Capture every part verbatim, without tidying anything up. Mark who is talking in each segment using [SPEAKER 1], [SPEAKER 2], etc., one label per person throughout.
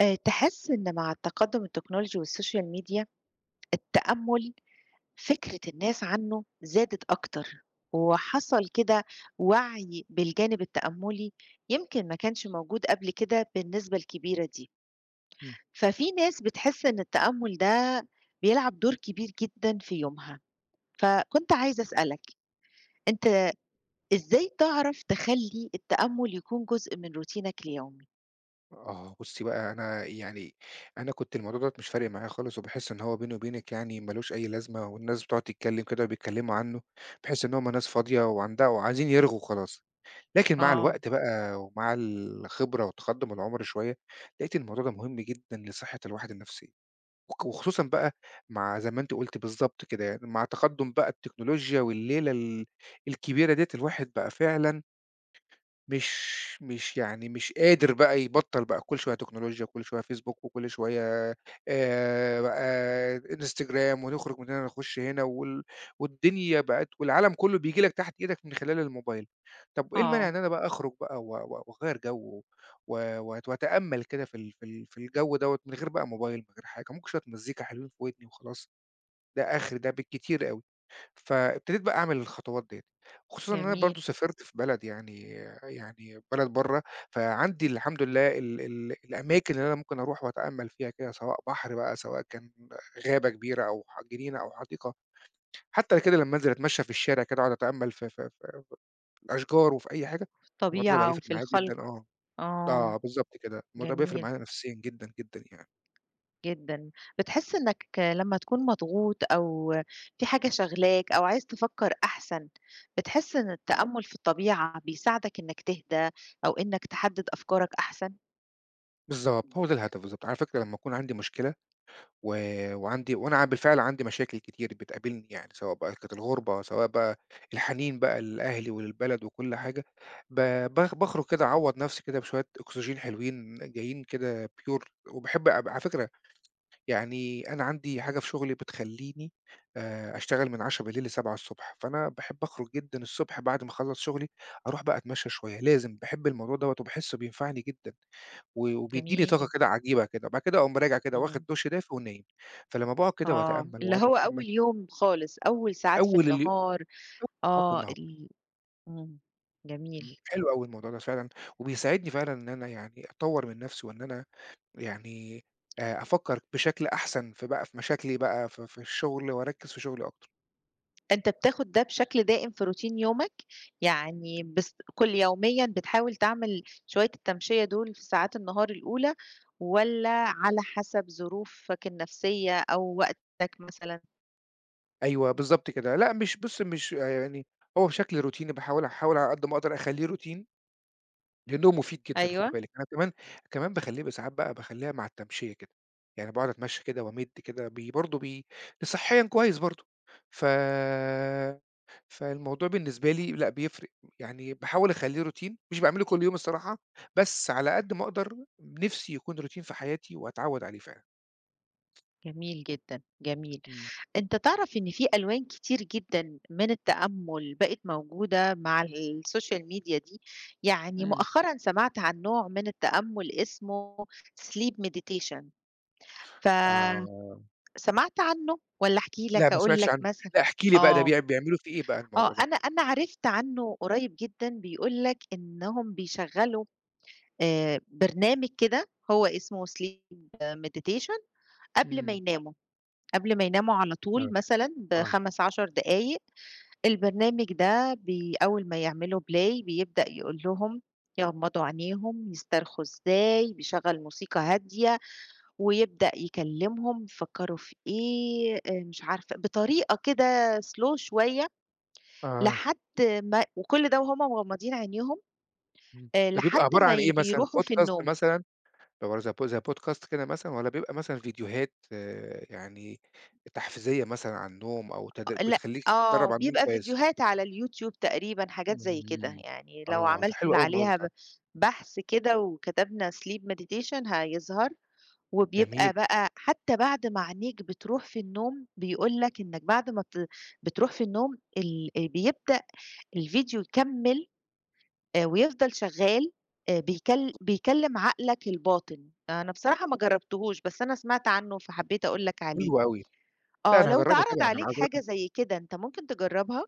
[SPEAKER 1] آآ تحس إن مع التقدُّم التكنولوجي والسوشيال ميديا، التأمُّل فكرة الناس عنه زادت أكتر، وحصل كده وَعي بالجانب التأمُّلي يمكن ما كانش موجود قبل كده بالنسبة الكبيرة دي.
[SPEAKER 2] إمم.
[SPEAKER 1] ففي ناس بتحس إن التأمُّل ده بيلعب دور كبير جدًا في يومها. فكنت عايزة أسألك، أنت إزاي تعرف تخلّي التأمُّل يكون جزء من روتينك اليومي؟
[SPEAKER 2] آه، بُصّي بقى أنا يعني أنا كنت الموضوع دوّة مش فارق معايا خالص، وباحس إن هو بيني وبينِك يعني ما لوش أي لازمة، والناس بتقعد تتكلّم كده وبيتكلّموا عنه، باحس إن هُم ناس فاضية وعندها وعايزين يرغوا وخلاص. لكن مع
[SPEAKER 1] آه،
[SPEAKER 2] الوقت بقى ومع الخبرة وتقدُّم العُمر شوية، لقيت الموضوع ده مهم جدًا لصحّة الواحد النفسية، وخ وخصوصًا بقى مع زي ما أنتِ قُلتِ بالضبط كده يعني، مع تقدُّم بقى التكنولوجيا والليلة ال الكبيرة ديّة، الواحد بقى فعلًا مش مش يعني مش قادر بقى يبطّل بقى كل شوية تكنولوجيا، وكل شوية فيسبوك، وكل شوية آآ بقى إنستجرام، ونخرج من هنا نخش هنا وال والدنيا بقت والعالم كُلّه بييجي لك تحت إيدك من خلال الموبايل. طَب إيه المانع
[SPEAKER 1] آه،
[SPEAKER 2] إن أنا بقى أخرج بقى و و وأغيّر جو و وأت وأتأمّل كده في ال في ال في الجو دوّة من غير بقى موبايل، من غير حاجة، ممكن شوية مزيكا حلوين في ودني وخلاص، ده آخري ده بالكتير أوي. فابتديت بقى أعمل الخطوات ديّة، خصوصًا إن أنا
[SPEAKER 1] جميل.
[SPEAKER 2] برضه سافرت في بلد يعني يعني بلد برّه، فعندي الحمد لله ال ال الأماكن اللي أنا ممكن أروح وأتأمّل فيها كده، سواء بحر بقى، سواء كان غابة كبيرة أو ح جنينة أو حديقة، حتى كده لمّا أنزل أتمشى في الشارع كده أقعد أتأمّل في في في في الأشجار وفي أي حاجة،
[SPEAKER 1] في
[SPEAKER 2] الموضوع ده بقى
[SPEAKER 1] الطبيعة
[SPEAKER 2] يفرق
[SPEAKER 1] وفي
[SPEAKER 2] معايا جدًا
[SPEAKER 1] الخلق،
[SPEAKER 2] آه،
[SPEAKER 1] آه.
[SPEAKER 2] آه بالضبط كده، الموضوع بيفرق
[SPEAKER 1] جميل
[SPEAKER 2] معايا نفسيًا جدًا، جدًا يعني،
[SPEAKER 1] جدًا. بتحس إنك لمّا تكون مضغوط أو في حاجة شاغلاك أو عايز تفكّر أحسن، بتحس إن التأمُّل في الطبيعة بيساعدك إنك تهدى أو إنك تحدّد أفكارك أحسن؟
[SPEAKER 2] بالضبط، هو
[SPEAKER 1] مم.
[SPEAKER 2] ده الهدف بالضبط، على فكرة لمّا أكون عندي مشكلة و وعندي وأنا ع بالفعل عندي مشاكل كتير بتقابلني يعني، سواء بقى كانت الغُربة، سواء بقى الحنين بقى لأهلي وللبلد وكل حاجة، ب باخ باخرج كده أعوّض نَفْسي كده بشوية أكسجين حلوين جايين كده pure وباحب أب على فكرة يعني أنا عندي حاجة في شُغلي بتخلّيني آآ أشتغل من عشرة بالليل ل7:00 ص، فأنا باحب أخرج جدًا الصبح بعد ما أخلّص شُغلي، أروح بقى أتمشّى شوية، لازم باحب الموضوع دوّة وباحسّه بينفعني جدًا. و وبيدّيني طاقة
[SPEAKER 1] جميل.
[SPEAKER 2] كده عجيبة كده، وبعد كده أقوم راجع كده واخد
[SPEAKER 1] إمم.
[SPEAKER 2] دُش دافي ونايم، فلمّا باقعد كده
[SPEAKER 1] آه.
[SPEAKER 2] وأتأمّل
[SPEAKER 1] اللي
[SPEAKER 2] وأقعد
[SPEAKER 1] هو
[SPEAKER 2] أتأمّل
[SPEAKER 1] أول يوم خالص، أول ساعات في
[SPEAKER 2] أول اليو
[SPEAKER 1] النهار.
[SPEAKER 2] ساعات في
[SPEAKER 1] آه.
[SPEAKER 2] النهار،
[SPEAKER 1] ال إمم.
[SPEAKER 2] إمم،
[SPEAKER 1] جميل.
[SPEAKER 2] حلو أوي الموضوع ده فعلًا، وبيساعدني فعلًا إن أنا يعني أطوّر من نفسي وإن أنا يعني آآ أفكّر بشكل أحسن في بقى في مشاكلي بقى في في الشغل وأركّز في شغلي أكتر.
[SPEAKER 1] أنت بتاخد ده بشكل دائم في روتين يومك، يعني بس كل يوميًا بتحاول تعمل شوية التمشية دول في ساعات النهار الأولى، والّا على حسب ظروفك النفسية أو وقتك مثلًا؟
[SPEAKER 2] أيوه بالضبط كده، لأ مش بُص مش آه، يعني هو بشكل روتيني باحاول أحاول على قد ما أقدر أخلّيه روتيني لأنه مفيد جدًا خُدي
[SPEAKER 1] أيوه،
[SPEAKER 2] بالِك، أنا كمان كمان باخلّيه ب ساعات بقى باخلّيها مع التمشية كده، يعني باقعد أتمشى كده وأمِد كده بي برضه بي صحيًا كويس برضه، ف فالموضوع بالنسبة لي لأ بيفرق، يعني باحاول أخلّيه روتين، مش باعمله كل يوم الصراحة، بس على قد ما أقدر نِفْسي يكون روتين في حياتي وأتعوّد عليه فعلًا.
[SPEAKER 1] جميل جدًا، جميل.
[SPEAKER 2] إمم.
[SPEAKER 1] أنت تعرف إن في ألوان كتير جدًا من التأمل بقت موجودة مع ال- السوشيال ميديا دي، يعني
[SPEAKER 2] إمم.
[SPEAKER 1] مؤخرًا سمعت عن نوع من التأمل اسمه sleep meditation ف
[SPEAKER 2] آه،
[SPEAKER 1] سمعت عنه والّا أحكي
[SPEAKER 2] لأ
[SPEAKER 1] لك،
[SPEAKER 2] ما
[SPEAKER 1] أقول
[SPEAKER 2] سمعتش
[SPEAKER 1] لك
[SPEAKER 2] عنه،
[SPEAKER 1] مثلًا؟
[SPEAKER 2] لأ احكِ لي بقى ده
[SPEAKER 1] آه،
[SPEAKER 2] بيع بيعملوا فيه إيه بقى الموضوع
[SPEAKER 1] آه،
[SPEAKER 2] ده؟
[SPEAKER 1] أنا أنا عرفت عنه قريب جدًا، بيقول لك إنهم بيشغّلوا آآ برنامج كده هو اسمه sleep meditation قبل ما
[SPEAKER 2] إمم.
[SPEAKER 1] يناموا، قبل ما يناموا على طول
[SPEAKER 2] آه،
[SPEAKER 1] مثلًا
[SPEAKER 2] آه،
[SPEAKER 1] ب15 دقايق، البرنامج ده بي أول ما يعملوا play بيبدأ يقول لهم يغمضوا عينيهم، يسترخوا إزاي، بيشغّل موسيقى هادية، ويبدأ يكلّمهم فكّروا في إيه، آآ مش عارفة بطريقة كده slow شوية
[SPEAKER 2] آه،
[SPEAKER 1] لحد ما وكل ده وهُم مغمضين عينيهم
[SPEAKER 2] إمم.
[SPEAKER 1] آآ
[SPEAKER 2] ده بيبقى
[SPEAKER 1] لحد
[SPEAKER 2] عبارة
[SPEAKER 1] ما
[SPEAKER 2] عن
[SPEAKER 1] ي
[SPEAKER 2] إيه مثلًا،
[SPEAKER 1] بيروحوا في
[SPEAKER 2] podcast
[SPEAKER 1] النوم.
[SPEAKER 2] مثلًا؟ بيبقى زي بو زي podcast كده مثلًا والّا بيبقى مثلًا فيديوهات آآ يعني تحفيزية مثلًا عن النوم أو تد
[SPEAKER 1] أ لأ
[SPEAKER 2] بتخلّيك
[SPEAKER 1] آه،
[SPEAKER 2] تتدرّب على النوم
[SPEAKER 1] بيبقى
[SPEAKER 2] كويس؟
[SPEAKER 1] فيديوهات على اليوتيوب تقريبًا حاجات زي كده،
[SPEAKER 2] إمم.
[SPEAKER 1] يعني لو
[SPEAKER 2] آه،
[SPEAKER 1] عملنا
[SPEAKER 2] ده حلو أوي الموضوع ده
[SPEAKER 1] عليها ب بحث كده وكتبنا sleep meditation هيظهر،
[SPEAKER 2] جميل،
[SPEAKER 1] وبيبقى بقى حتى بعد ما عينيك بتروح في النوم بيقول لك إنك بعد ما بت بتروح في النوم ال آآ بيبدأ الفيديو يكمّل آآ ويفضل شغال آآ بيكل بيكلّم عقلك الباطن، أنا بصراحة ما جرّبتهوش، بس أنا سمعت عنه فحبّيت أقول لك عليه.
[SPEAKER 2] حلو أوي. لأ
[SPEAKER 1] آه،
[SPEAKER 2] أنا
[SPEAKER 1] لو
[SPEAKER 2] هاجرّبه
[SPEAKER 1] اتعرض
[SPEAKER 2] طبعًا، أنا
[SPEAKER 1] عليك
[SPEAKER 2] عايز أقول
[SPEAKER 1] حاجة
[SPEAKER 2] لك
[SPEAKER 1] زي كده أنت ممكن تجرّبها؟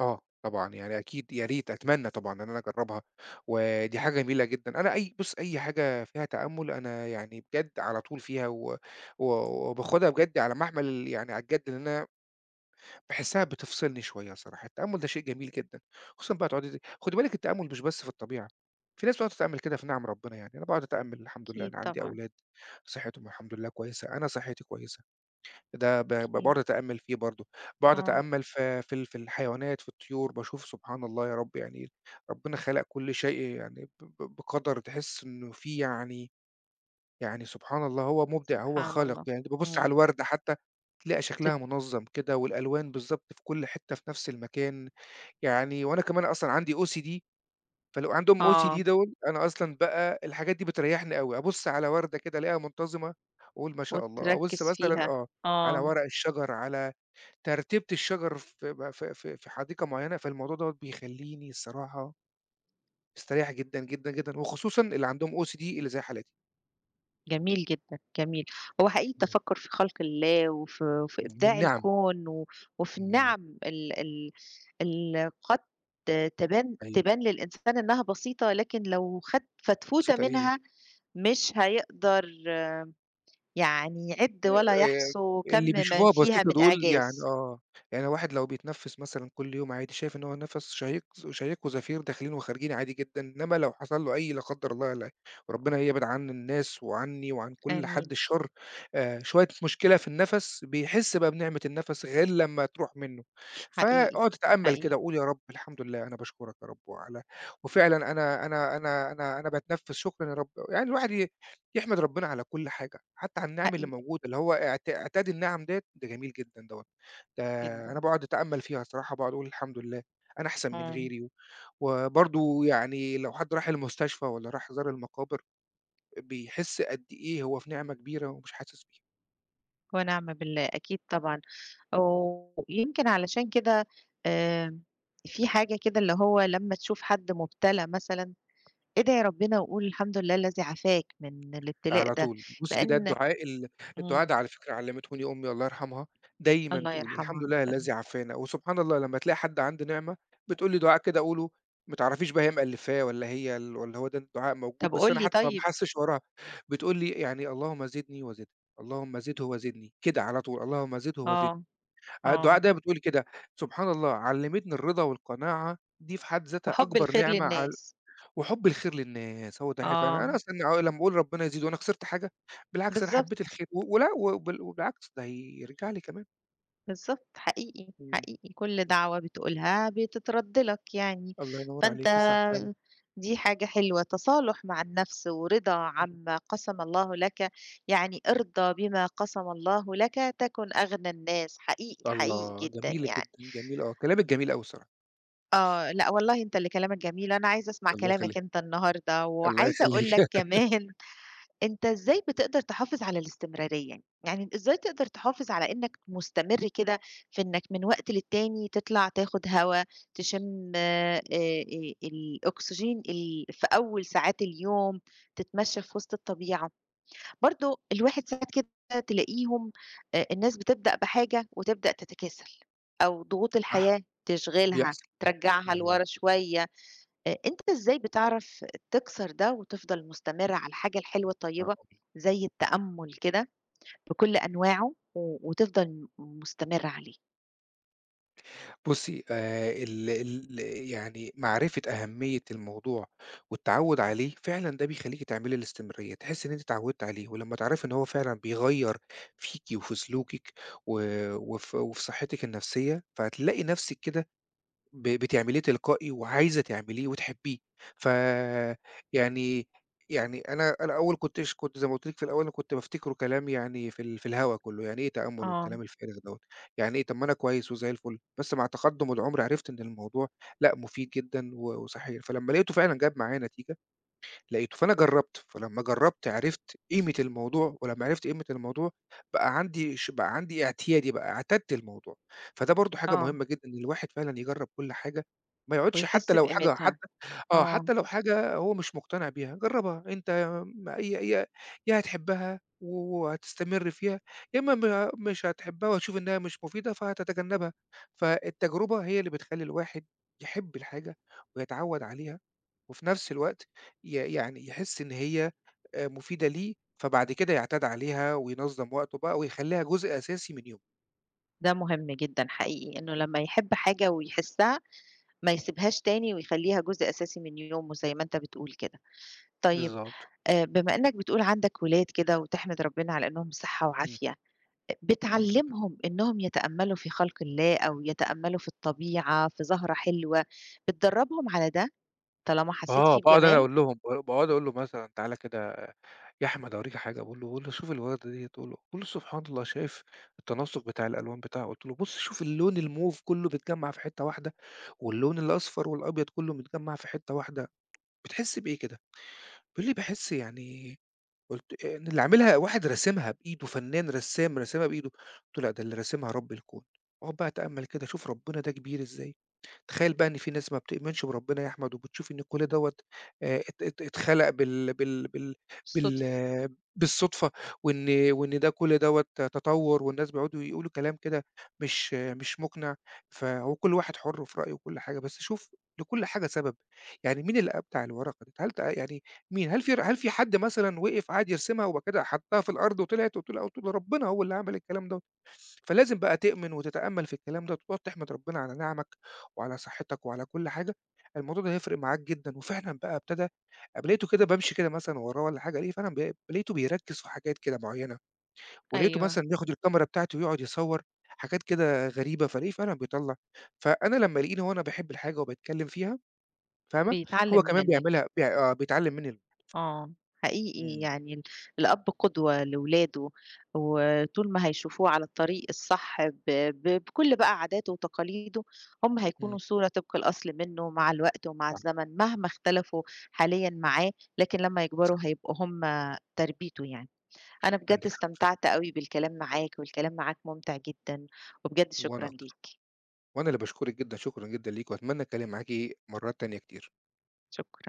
[SPEAKER 2] آه، طبعًا يعني أكيد يا ريت أتمنى طبعًا إن أنا أجرّبها، ودي حاجة جميلة جدًا. أنا أي بُص أي حاجة فيها تأمُّل أنا يعني بجد على طول فيها و و وباخدها بجد على محمل يعني على الجد إن أنا باحسّها بتفصلني شوية صراحة، التأمُّل ده شيء جميل جدًا، خصوصًا بقى تقعدي خُدي بالِك التأمُّل مش بس في الطبيعة، في ناس بتقعد تتأمّل كده في نِعَم ربنا يعني، أنا باقعد أتأمّل الحمد لله
[SPEAKER 1] أكيد
[SPEAKER 2] أنا عندي
[SPEAKER 1] طبعًا،
[SPEAKER 2] أولاد صحّتهم الحمد لله كويسة، أنا صحّتي كويسة، ده ب ب
[SPEAKER 1] أكيد
[SPEAKER 2] باقعد أتأمّل فيه برضه، باقعد
[SPEAKER 1] آه،
[SPEAKER 2] أتأمّل في في ال في الحيوانات، في الطيور، باشوف سبحان الله يا رب يعني ربنا خَلَق كل شيء يعني ب ب بقدر تحس إنه في يعني يعني سبحان الله هو مبدع، هو
[SPEAKER 1] سبحان
[SPEAKER 2] خالق،
[SPEAKER 1] الله.
[SPEAKER 2] يعني أنت بابُص على
[SPEAKER 1] إمم،
[SPEAKER 2] الوردة حتى تلاقي
[SPEAKER 1] تت
[SPEAKER 2] شكلها منظَّم كده والألوان بالضبط في كل حتّة في نفس المكان، يعني وأنا كمان أصلًا عندي O C D فلو عندهم O C D
[SPEAKER 1] آه،
[SPEAKER 2] دَوّة أنا أصلًا بقى الحاجات دي بتريّحني أوي، أبُص على وردة كده ألاقيها منتظمة أقول ما شاء الله، أبُص
[SPEAKER 1] وتركّز
[SPEAKER 2] مثلًا
[SPEAKER 1] فيها،
[SPEAKER 2] آه، على
[SPEAKER 1] آه.
[SPEAKER 2] ورق الشجر، على ترتيبة الشجر في ب في في في حديقة معيّنة، فالموضوع دَوّة بيخلّيني الصراحة مستريّح جدًا، جدًا، جدًا وخصوصًا اللي عندهم O C D اللي زي حالاتي.
[SPEAKER 1] جميل جدًا، جميل. هو حقيقي
[SPEAKER 2] إمم.
[SPEAKER 1] التفكُّر في خلق الله وفي وفي إبداع
[SPEAKER 2] والنِعَم،
[SPEAKER 1] الكون و وفي
[SPEAKER 2] إمم،
[SPEAKER 1] النعم ال ال اللي قد تبان
[SPEAKER 2] أيوه.
[SPEAKER 1] تبان للإنسان إنّها بسيطة، لكن لو خَد فتفوتة
[SPEAKER 2] بسيطة إيه،
[SPEAKER 1] منها مش هيقدر يعني يعِد ولا
[SPEAKER 2] آآ
[SPEAKER 1] يحصُو كَم
[SPEAKER 2] اللي
[SPEAKER 1] من
[SPEAKER 2] بيشوفوها
[SPEAKER 1] فيها
[SPEAKER 2] بسيطة
[SPEAKER 1] من
[SPEAKER 2] دول يعني
[SPEAKER 1] إعجاز.
[SPEAKER 2] آه، يعني واحد لو بيتنفّس مثلًا كل يوم عادي، شايف إن هو نَفَس شهيق شهيق وزفير داخلين وخارجين عادي جدًا، إنما لو حصل له أي لا قدّر الله لا وربنا يبعد عن الناس وعني وعن كل حد
[SPEAKER 1] آمين،
[SPEAKER 2] الشر، آآ شوية مشكلة في النَفَس، بيحس بقى بنعمة النَفَس غير لمّا تروح منّه،
[SPEAKER 1] حقيقي،
[SPEAKER 2] فاقعد اتأمّل كده
[SPEAKER 1] حقيقي،
[SPEAKER 2] وقُل يا رب الحمد لله أنا باشكرك يا رب وعلى وفعلًا أنا أنا أنا أنا أنا باتنفّس شكرًا يا رب، يعني الواحد يحمد ربنا على كل حاجة، حتى على النِّعَم اللي
[SPEAKER 1] حقيقي
[SPEAKER 2] موجودة، اللي هو اعت اعتاد النِّعَم ديّة، ده جميل جدًا دوّة، ده أنا
[SPEAKER 1] جدًا،
[SPEAKER 2] باقعد أتأمَّل فيها الصراحة، باقعد أقول الحمد لله أنا أحسن من
[SPEAKER 1] آه،
[SPEAKER 2] غيري، وبرضه يعني لو حد راح المستشفى والّا راح زار المقابر، بيحس قد إيه هو في نِعمة كبيرة ومش حاسس بيها.
[SPEAKER 1] ونعم بالله أكيد طبعًا. ويمكن علشان كده آمم، في حاجة كده اللي هو لمّا تشوف حد مُبتلى مثلًا، ادعي ربنا وقُل الحمد لله الذي عافاك من الابتلاء
[SPEAKER 2] على
[SPEAKER 1] ده،
[SPEAKER 2] طول. بُصّي ده
[SPEAKER 1] لإن
[SPEAKER 2] الدعاء ال الدعاء
[SPEAKER 1] إمم،
[SPEAKER 2] ده على فكرة علّمتهوني أمي الله يرحمها، دايمًا
[SPEAKER 1] الله
[SPEAKER 2] تقول
[SPEAKER 1] يرحمها
[SPEAKER 2] الحمد لله
[SPEAKER 1] ويغفر له.
[SPEAKER 2] الذي عافانا، وسبحان الله لمّا تلاقي حد عنده نعمة بتقول لي دعاء كده قوله، ما تعرفيش بقى هي مألّفاه والّا هي ال والّا هو ده الدعاء موجود،
[SPEAKER 1] طب
[SPEAKER 2] بس
[SPEAKER 1] قُل
[SPEAKER 2] أنا
[SPEAKER 1] لي
[SPEAKER 2] حتى ما
[SPEAKER 1] طيب
[SPEAKER 2] باحسّش وراها، بتقول لي يعني اللهم زدني وزدك، اللهم زده وزدني، كده على طول، اللهم زده
[SPEAKER 1] آه،
[SPEAKER 2] وزدني. آه، الدعاء
[SPEAKER 1] آه،
[SPEAKER 2] ده بتقول كده، سبحان الله علّمتني الرضا والقناعة، دي في حد ذاتها
[SPEAKER 1] وحُب
[SPEAKER 2] أكبر
[SPEAKER 1] الخير
[SPEAKER 2] نعمة ع
[SPEAKER 1] للناس،
[SPEAKER 2] وحُب الخير للناس، هو ده فعلًا أنا
[SPEAKER 1] آه،
[SPEAKER 2] انا أصلًا أهو لمّا باقول ربنا يزيد وأنا خسرت حاجة، بالعكس أنا
[SPEAKER 1] بالضبط.
[SPEAKER 2] حبيت الخير و ولأ وبال وبالعكس ده هيرجع لي كمان،
[SPEAKER 1] بالضبط، حقيقي،
[SPEAKER 2] إمم،
[SPEAKER 1] حقيقي كل
[SPEAKER 2] إمم،
[SPEAKER 1] دعوة بتقولها بتترد لك يعني،
[SPEAKER 2] الله ينور
[SPEAKER 1] فأنت
[SPEAKER 2] عليكِ، صح فعلًا،
[SPEAKER 1] دي حاجة حلوة، تصالح مع النفس ورضا
[SPEAKER 2] إمم،
[SPEAKER 1] عما قسم الله لك، يعني ارضى بما قسم الله لك تكن أغنى الناس، حقيقي، حقيقي
[SPEAKER 2] الله
[SPEAKER 1] جدًا
[SPEAKER 2] جميلة
[SPEAKER 1] يعني.
[SPEAKER 2] جدًا، جميلة آه، كلامِك جميل أوي الصراحة،
[SPEAKER 1] آه، لأ والله أنت اللي كلامك جميل، أنا عايزة أسمع
[SPEAKER 2] الله
[SPEAKER 1] كلامك
[SPEAKER 2] يخليكِ،
[SPEAKER 1] أنت النهارده،
[SPEAKER 2] الله
[SPEAKER 1] وعايزة أقول لك
[SPEAKER 2] يخليكِ،
[SPEAKER 1] كمان أنت إزاي بتقدر تحافظ على الاستمرارية؟ يعني يعني إزاي تقدر تحافظ على إنك مستمر كده في إنك من وقت للتاني تطلع تاخد هوا، تشم آآ الأكسجين ال في أول ساعات اليوم، تتمشى في وسط الطبيعة، برضه الواحد ساعات كده تلاقيهم آآ الناس بتبدأ بحاجة وتبدأ تتكاسل، أو ضغوط
[SPEAKER 2] صح
[SPEAKER 1] الحياة تشغلها،
[SPEAKER 2] بيحصل،
[SPEAKER 1] ترجعها
[SPEAKER 2] إمم،
[SPEAKER 1] لورا شوية. آآ أنت إزاي بتعرف تكسر ده وتفضل مستمر على الحاجة الحلوة الطيبة
[SPEAKER 2] آه.
[SPEAKER 1] زي التأمُّل كده بكل أنواعه و وتفضل مستمر عليه؟
[SPEAKER 2] بُصّي، آآ ال ال يعني معرفة أهمية الموضوع والتعوُّد عليه، فعلًا ده بيخلّيكِ تعملي الاستمرارية، تحسّي إن أنتِ اتعوّدتِ عليه، ولمّا تعرفي إن هو فعلًا بيغيّر فيكِ وفي سلوكِك و وف وفي صحّتِك النفسية، فهتلاقي نفسِك كده ب بتعمليه تلقائي وعايزة تعمليه وتحبيه، ف يعني يعني أنا أنا أول كنتش كنت زي ما قُلت لِك في الأول أنا كنت بافتكره كلام يعني في ال في الهوا كلّه، يعني إيه تأمُّل
[SPEAKER 1] آه،
[SPEAKER 2] والكلام الفارغ دوّة، يعني إيه طَب ما أنا كويس وزي الفل، بس مع تقدُّم العُمر عرفت إن الموضوع لأ مفيد جدًا و وصحّي، فلمّا لقيته فعلًا جاب معايا نتيجة لقيته، فأنا جرّبت، فلمّا جرّبت عرفت قيمة الموضوع، ولمّا عرفت قيمة الموضوع بقى عندي ش بقى عندي اعتيادي بقى، اعتدت الموضوع، فده برضه حاجة
[SPEAKER 1] آه،
[SPEAKER 2] مهمة جدًا إن الواحد فعلًا يجرّب كل حاجة، ما يقعدش حتى
[SPEAKER 1] ويحس
[SPEAKER 2] لو حاجة
[SPEAKER 1] بقيمتها،
[SPEAKER 2] حتى آه،
[SPEAKER 1] آه،
[SPEAKER 2] حتى لو حاجة هو مش مقتنع بيها، جرّبها أنت م يا يا يا هتحبها و وهتستمر فيها، يا إما ما مش هتحبها وهتشوف إنها مش مفيدة فهتتجنبها، فالتجربة هي اللي بتخلّي الواحد يحب الحاجة ويتعوّد عليها. وفي نفس الوقت ي يعني يحس إن هي آآ مفيدة ليه، فبعد كده يعتاد عليها وينظّم وقته بقى ويخلّيها جزء أساسي من يومه.
[SPEAKER 1] ده مهم جدًا حقيقي، إنه لمّا يحب حاجة ويحسها ما يسيبهاش تاني ويخلّيها جزء أساسي من يومه زي ما أنت بتقول كده. طيب
[SPEAKER 2] بالضبط.
[SPEAKER 1] آآ بما إنك بتقول عندك ولاد كده وتحمد ربنا على إنهم صحة
[SPEAKER 2] إمم.
[SPEAKER 1] وعافية،
[SPEAKER 2] الحمد لله.
[SPEAKER 1] بتعلّمهم إنّهم يتأمّلوا في خلْق الله أو يتأمّلوا في الطبيعة، في زهرة حلوة، بتدرّبهم على ده طالما حسّيت
[SPEAKER 2] آه،
[SPEAKER 1] فيه
[SPEAKER 2] باقعد أنا
[SPEAKER 1] بجمال
[SPEAKER 2] أقول لهم ب باقعد أقول له مثلًا تعالَ كده يا أحمد أوريك حاجة، باقول له باقول له شوف الوردة ديّة، باقول له باقول له سبحان الله شايف التناسق بتاع الألوان بتاعها، قُلت له بُص شوف اللون الموف كلّه بيتجمّع في حتّة واحدة، واللون الأصفر والأبيض كلّه متجمّع في حتّة واحدة، بتحس بإيه كده؟ بيقول لي باحس يعني قُلت إيه، إن اللي عاملها واحد راسمها بإيده، فنان رسّام راسمها بإيده، قُلت له: "لأ، ده اللي راسمها رب الكون." اقعد بقى اتأمّل كده شوف ربنا ده كبير إزاي، تخيّل بقى إن في ناس ما بتؤمنش بربنا يا أحمد وبتشوف إن كل دوّة آآ ات ات اتخلق بال بال بال بال
[SPEAKER 1] بالصدفة.
[SPEAKER 2] آه، بالصدفة وإن وإن ده كل دوّة تطوُّر والناس بيقعدوا يقولوا كلام كده مش آه، مش مُقنع، فهو كل واحد حُر في رأيه وكل حاجة، بس شوف لكل حاجة سبب، يعني مين اللي أبدع الورقة دي؟ هل ت يعني مين؟ هل في ر هل في حد مثلًا وقف قعد يرسمها وبعد كده حطها في الأرض وطلعت وقلت له قلت له ربنا هو اللي عمل الكلام دوّة، فلازم بقى تؤمن وتتأمل في الكلام دوّة وتقعد تحمد ربنا على نعمك وعلى صحتك وعلى كل حاجة، الموضوع ده هيفرق معاك جدًا، وفعلًا بقى ابتدى لقيته كده بامشي كده مثلًا وراه والّا حاجة ألاقيه فعلًا ب لقيته بيركّز في حاجات كده معيّنة، ولقيته
[SPEAKER 1] أيوه،
[SPEAKER 2] مثلًا بياخد الكاميرا بتاعتي ويقعد يصوّر حاجات كده غريبة، فالاقيه فعلًا بيطلّع فأنا لمّا الاقيني وأنا باحب الحاجة وباتكلم فيها فاهمة، هو
[SPEAKER 1] بيتعلّم
[SPEAKER 2] كمان
[SPEAKER 1] منّك،
[SPEAKER 2] بيعملها بي آه بيتعلم منّي ال
[SPEAKER 1] آه، حقيقي
[SPEAKER 2] إمم،
[SPEAKER 1] يعني ال الأب قدوة لولاده، وطول ما هيشوفوه على الطريق الصح ب ب بكل بقى عاداته وتقاليده، هم
[SPEAKER 2] إمم.
[SPEAKER 1] هيكونوا صورة طبق الأصل منّه مع الوقت ومع
[SPEAKER 2] صح،
[SPEAKER 1] الزمن، مهما اختلفوا حاليًا معاه، لكن لمّا
[SPEAKER 2] صح،
[SPEAKER 1] يكبروا هيبقوا هم تربيته يعني. أنا بجد
[SPEAKER 2] عندِك حق فعلًا،
[SPEAKER 1] استمتعت أوي بالكلام معاك، والكلام معاك ممتع جدًا، وبجد
[SPEAKER 2] وأنا
[SPEAKER 1] شكرًا
[SPEAKER 2] أكتر،
[SPEAKER 1] ليك،
[SPEAKER 2] وأنا اللي باشكرِك جدًا، شكرًا جدًا ليكِ، وأتمنى أتكلم معاكِ مرات تانية كتير.
[SPEAKER 1] شكرًا.